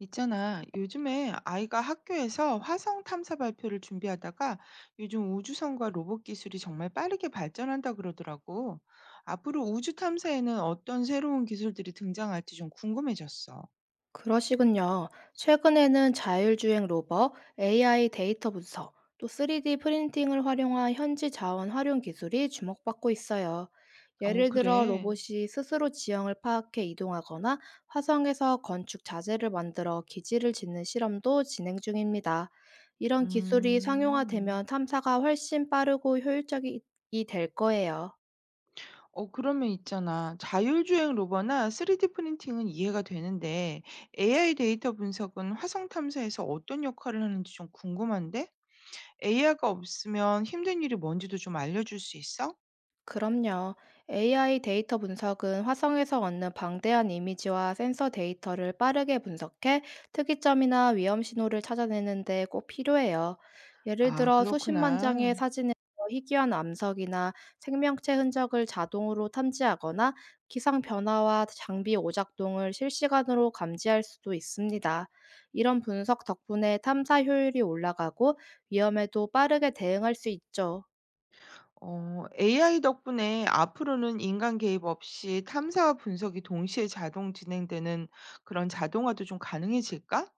있잖아. 요즘에 아이가 학교에서 화성 탐사 발표를 준비하다가 요즘 우주선과 로봇 기술이 정말 빠르게 발전한다 그러더라고. 앞으로 우주 탐사에는 어떤 새로운 기술들이 등장할지 좀 궁금해졌어. 그러시군요. 최근에는 자율주행 로버, AI 데이터 분석, 또 3D 프린팅을 활용한 현지 자원 활용 기술이 주목받고 있어요. 어, 예를 들어 그래. 로봇이 스스로 지형을 파악해 이동하거나 화성에서 건축 자재를 만들어 기지를 짓는 실험도 진행 중입니다. 이런 기술이 음. 상용화되면 탐사가 훨씬 빠르고 효율적이 될 거예요. 어, 그러면 있잖아. 자율주행 로버나 3D 프린팅은 이해가 되는데 AI 데이터 분석은 화성 탐사에서 어떤 역할을 하는지 좀 궁금한데? AI가 없으면 힘든 일이 뭔지도 좀 알려줄 수 있어? 그럼요. AI 데이터 분석은 화성에서 얻는 방대한 이미지와 센서 데이터를 빠르게 분석해 특이점이나 위험 신호를 찾아내는 데 꼭 필요해요. 예를 아, 들어 수십만 장의 그렇구나. 사진에서 희귀한 암석이나 생명체 흔적을 자동으로 탐지하거나 기상 변화와 장비 오작동을 실시간으로 감지할 수도 있습니다. 이런 분석 덕분에 탐사 효율이 올라가고 위험에도 빠르게 대응할 수 있죠. 어, AI 덕분에 앞으로는 인간 개입 없이 탐사와 분석이 동시에 자동 진행되는 그런 자동화도 좀 가능해질까?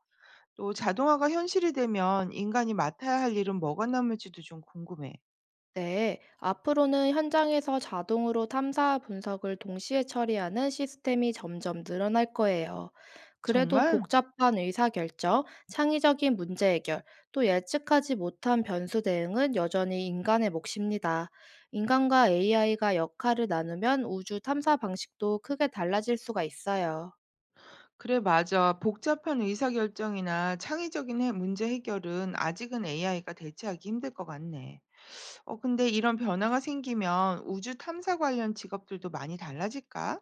또 자동화가 현실이 되면 인간이 맡아야 할 일은 뭐가 남을지도 좀 궁금해. 네, 앞으로는 현장에서 자동으로 탐사와 분석을 동시에 처리하는 시스템이 점점 늘어날 거예요. 그래도 정말? 복잡한 의사결정, 창의적인 문제 해결, 또 예측하지 못한 변수 대응은 여전히 인간의 몫입니다. 인간과 AI가 역할을 나누면 우주 탐사 방식도 크게 달라질 수가 있어요. 그래, 맞아. 복잡한 의사결정이나 창의적인 해 문제 해결은 아직은 AI가 대체하기 힘들 것 같네. 어, 근데 이런 변화가 생기면 우주 탐사 관련 직업들도 많이 달라질까?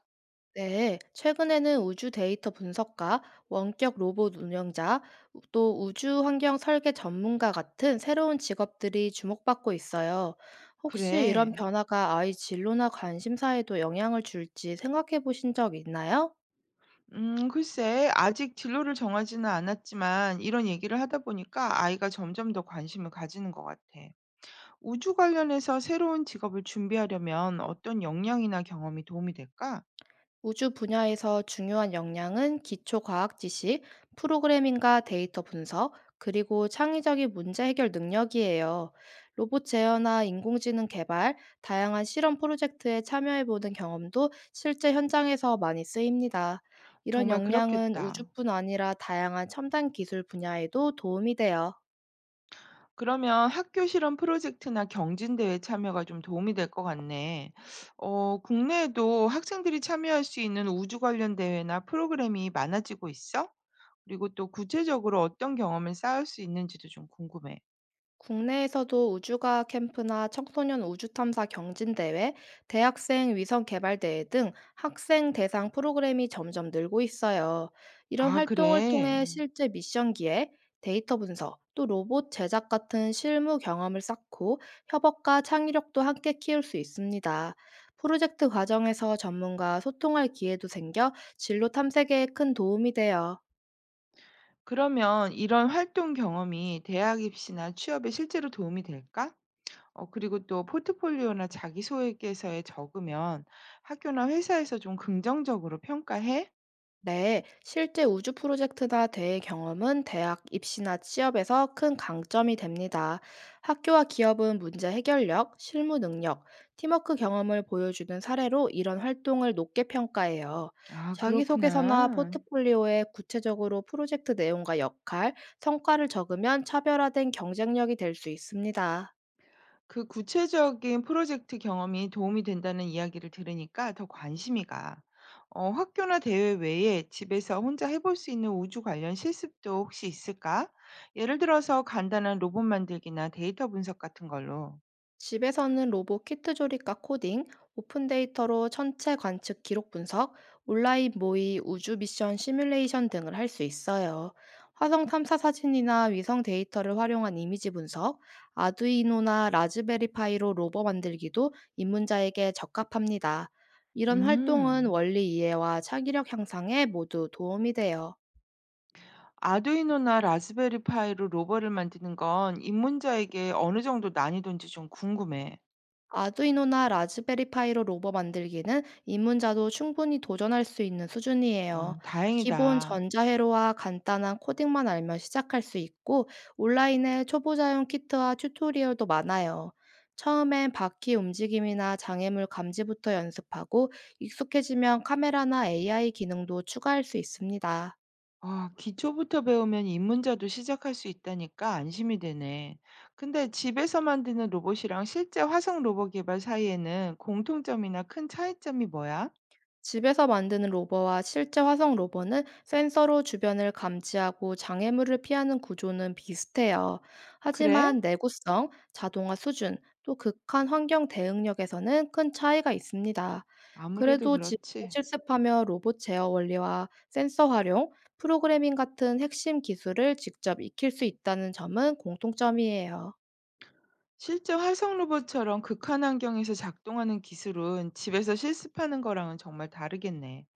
네, 최근에는 우주 데이터 분석가, 원격 로봇 운영자, 또 우주 환경 설계 전문가 같은 새로운 직업들이 주목받고 있어요. 혹시 그래. 이런 변화가 아이 진로나 관심사에도 영향을 줄지 생각해 보신 적 있나요? 글쎄, 아직 진로를 정하지는 않았지만 이런 얘기를 하다 보니까 아이가 점점 더 관심을 가지는 것 같아. 우주 관련해서 새로운 직업을 준비하려면 어떤 역량이나 경험이 도움이 될까? 우주 분야에서 중요한 역량은 기초 과학 지식, 프로그래밍과 데이터 분석, 그리고 창의적인 문제 해결 능력이에요. 로봇 제어나 인공지능 개발, 다양한 실험 프로젝트에 참여해보는 경험도 실제 현장에서 많이 쓰입니다. 이런 정말 역량은 그렇겠다. 우주뿐 아니라 다양한 첨단 기술 분야에도 도움이 돼요. 그러면 학교 실험 프로젝트나 경진대회 참여가 좀 도움이 될 것 같네. 어, 국내에도 학생들이 참여할 수 있는 우주 관련 대회나 프로그램이 많아지고 있어? 그리고 또 구체적으로 어떤 경험을 쌓을 수 있는지도 좀 궁금해. 국내에서도 우주과학 캠프나 청소년 우주탐사 경진대회, 대학생 위성개발대회 등 학생 대상 프로그램이 점점 늘고 있어요. 이런 아, 활동을 그래? 통해 실제 미션 기획, 데이터 분석, 또 로봇 제작 같은 실무 경험을 쌓고 협업과 창의력도 함께 키울 수 있습니다. 프로젝트 과정에서 전문가와 소통할 기회도 생겨 진로 탐색에 큰 도움이 돼요. 그러면 이런 활동 경험이 대학 입시나 취업에 실제로 도움이 될까? 어, 그리고 또 포트폴리오나 자기소개서에 적으면 학교나 회사에서 좀 긍정적으로 평가해? 네, 실제 우주 프로젝트나 대회 경험은 대학 입시나 취업에서 큰 강점이 됩니다. 학교와 기업은 문제 해결력, 실무 능력, 팀워크 경험을 보여주는 사례로 이런 활동을 높게 평가해요. 아, 자기소개서나 그렇구나. 포트폴리오에 구체적으로 프로젝트 내용과 역할, 성과를 적으면 차별화된 경쟁력이 될 수 있습니다. 그 구체적인 프로젝트 경험이 도움이 된다는 이야기를 들으니까 더 관심이 가. 어, 학교나 대회 외에 집에서 혼자 해볼 수 있는 우주 관련 실습도 혹시 있을까? 예를 들어서 간단한 로봇 만들기나 데이터 분석 같은 걸로. 집에서는 로봇 키트 조립과 코딩, 오픈 데이터로 천체 관측 기록 분석, 온라인 모의, 우주 미션 시뮬레이션 등을 할 수 있어요. 화성 탐사 사진이나 위성 데이터를 활용한 이미지 분석, 아두이노나 라즈베리파이로 로버 만들기도 입문자에게 적합합니다. 이런 활동은 음. 원리 이해와 창의력 향상에 모두 도움이 돼요. 아두이노나 라즈베리 파이로 로버를 만드는 건 입문자에게 어느 정도 난이도인지 좀 궁금해. 아두이노나 라즈베리 파이로 로버 만들기는 입문자도 충분히 도전할 수 있는 수준이에요. 어, 기본 다행이다. 전자회로와 간단한 코딩만 알면 시작할 수 있고, 온라인에 초보자용 키트와 튜토리얼도 많아요. 처음엔 바퀴 움직임이나 장애물 감지부터 연습하고, 익숙해지면 카메라나 AI 기능도 추가할 수 있습니다. 아, 기초부터 배우면 입문자도 시작할 수 있다니까 안심이 되네. 근데 집에서 만드는 로봇이랑 실제 화성 로봇 개발 사이에는 공통점이나 큰 차이점이 뭐야? 집에서 만드는 로버와 실제 화성 로버는 센서로 주변을 감지하고 장애물을 피하는 구조는 비슷해요. 그래? 하지만 내구성, 자동화 수준, 또 극한 환경 대응력에서는 큰 차이가 있습니다. 아무래도 그래도 집에서 그렇지. 실습하며 로봇 제어 원리와 센서 활용, 프로그래밍 같은 핵심 기술을 직접 익힐 수 있다는 점은 공통점이에요. 실제 화성 로봇처럼 극한 환경에서 작동하는 기술은 집에서 실습하는 거랑은 정말 다르겠네.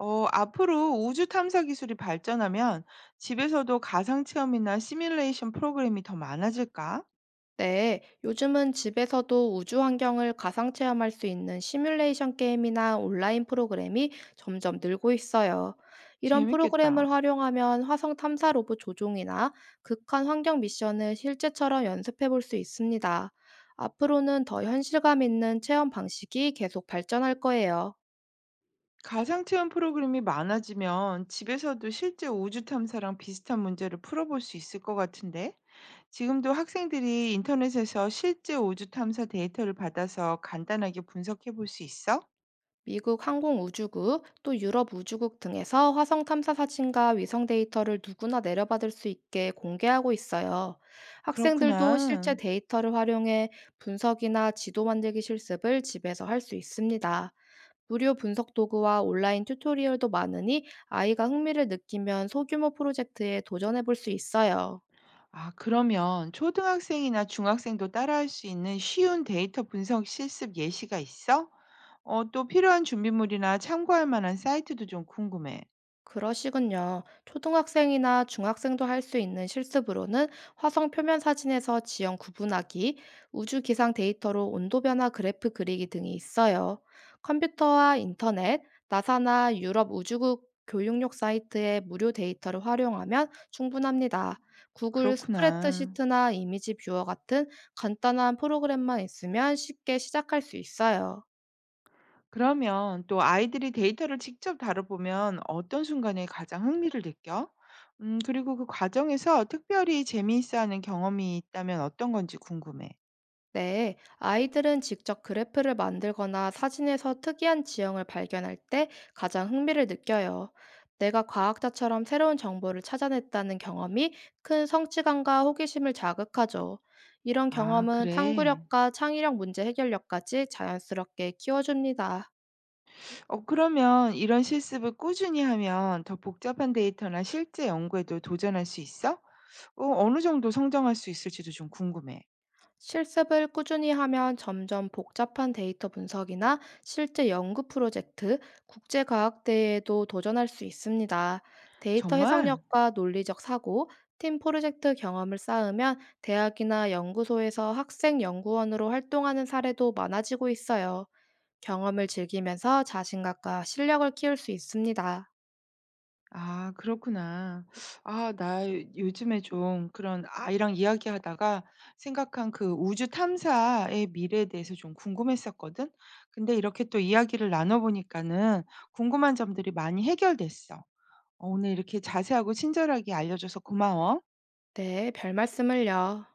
어, 앞으로 우주 탐사 기술이 발전하면 집에서도 가상 체험이나 시뮬레이션 프로그램이 더 많아질까? 네, 요즘은 집에서도 우주 환경을 가상 체험할 수 있는 시뮬레이션 게임이나 온라인 프로그램이 점점 늘고 있어요. 이런 재밌겠다. 프로그램을 활용하면 화성 탐사 로봇 조종이나 극한 환경 미션을 실제처럼 연습해 볼 수 있습니다. 앞으로는 더 현실감 있는 체험 방식이 계속 발전할 거예요. 가상 체험 프로그램이 많아지면 집에서도 실제 우주 탐사랑 비슷한 문제를 풀어볼 수 있을 것 같은데? 지금도 학생들이 인터넷에서 실제 우주 탐사 데이터를 받아서 간단하게 분석해 볼 수 있어? 미국 항공우주국 또 유럽 우주국 등에서 화성 탐사 사진과 위성 데이터를 누구나 내려받을 수 있게 공개하고 있어요. 학생들도 실제 그렇구나. 데이터를 활용해 분석이나 지도 만들기 실습을 집에서 할 수 있습니다. 무료 분석 도구와 온라인 튜토리얼도 많으니 아이가 흥미를 느끼면 소규모 프로젝트에 도전해 볼 수 있어요. 아, 그러면 초등학생이나 중학생도 따라할 수 있는 쉬운 데이터 분석 실습 예시가 있어? 어, 또 필요한 준비물이나 참고할 만한 사이트도 좀 궁금해. 그러시군요. 초등학생이나 중학생도 할 수 있는 실습으로는 화성 표면 사진에서 지형 구분하기, 우주 기상 데이터로 온도 변화 그래프 그리기 등이 있어요. 컴퓨터와 인터넷, 나사나 유럽 우주국 교육용 사이트의 무료 데이터를 활용하면 충분합니다. 구글 그렇구나. 스프레드시트나 이미지 뷰어 같은 간단한 프로그램만 있으면 쉽게 시작할 수 있어요. 그러면 또 아이들이 데이터를 직접 다뤄보면 어떤 순간에 가장 흥미를 느껴? 그리고 그 과정에서 특별히 재미있어 하는 경험이 있다면 어떤 건지 궁금해. 네, 아이들은 직접 그래프를 만들거나 사진에서 특이한 지형을 발견할 때 가장 흥미를 느껴요. 내가 과학자처럼 새로운 정보를 찾아냈다는 경험이 큰 성취감과 호기심을 자극하죠. 이런 아, 경험은 그래. 탐구력과 창의력 문제 해결력까지 자연스럽게 키워줍니다. 어, 그러면 이런 실습을 꾸준히 하면 더 복잡한 데이터나 실제 연구에도 도전할 수 있어? 어, 어느 정도 성장할 수 있을지도 좀 궁금해. 실습을 꾸준히 하면 점점 복잡한 데이터 분석이나 실제 연구 프로젝트, 국제과학대회에도 도전할 수 있습니다. 데이터 정말? 해석력과 논리적 사고, 팀 프로젝트 경험을 쌓으면 대학이나 연구소에서 학생 연구원으로 활동하는 사례도 많아지고 있어요. 경험을 즐기면서 자신감과 실력을 키울 수 있습니다. 아, 그렇구나. 아, 나 요즘에 좀 그런 아이랑 이야기하다가 생각한 그 우주 탐사의 미래에 대해서 좀 궁금했었거든. 근데 이렇게 또 이야기를 나눠보니까는 궁금한 점들이 많이 해결됐어. 어, 오늘 이렇게 자세하고 친절하게 알려줘서 고마워. 네, 별 말씀을요.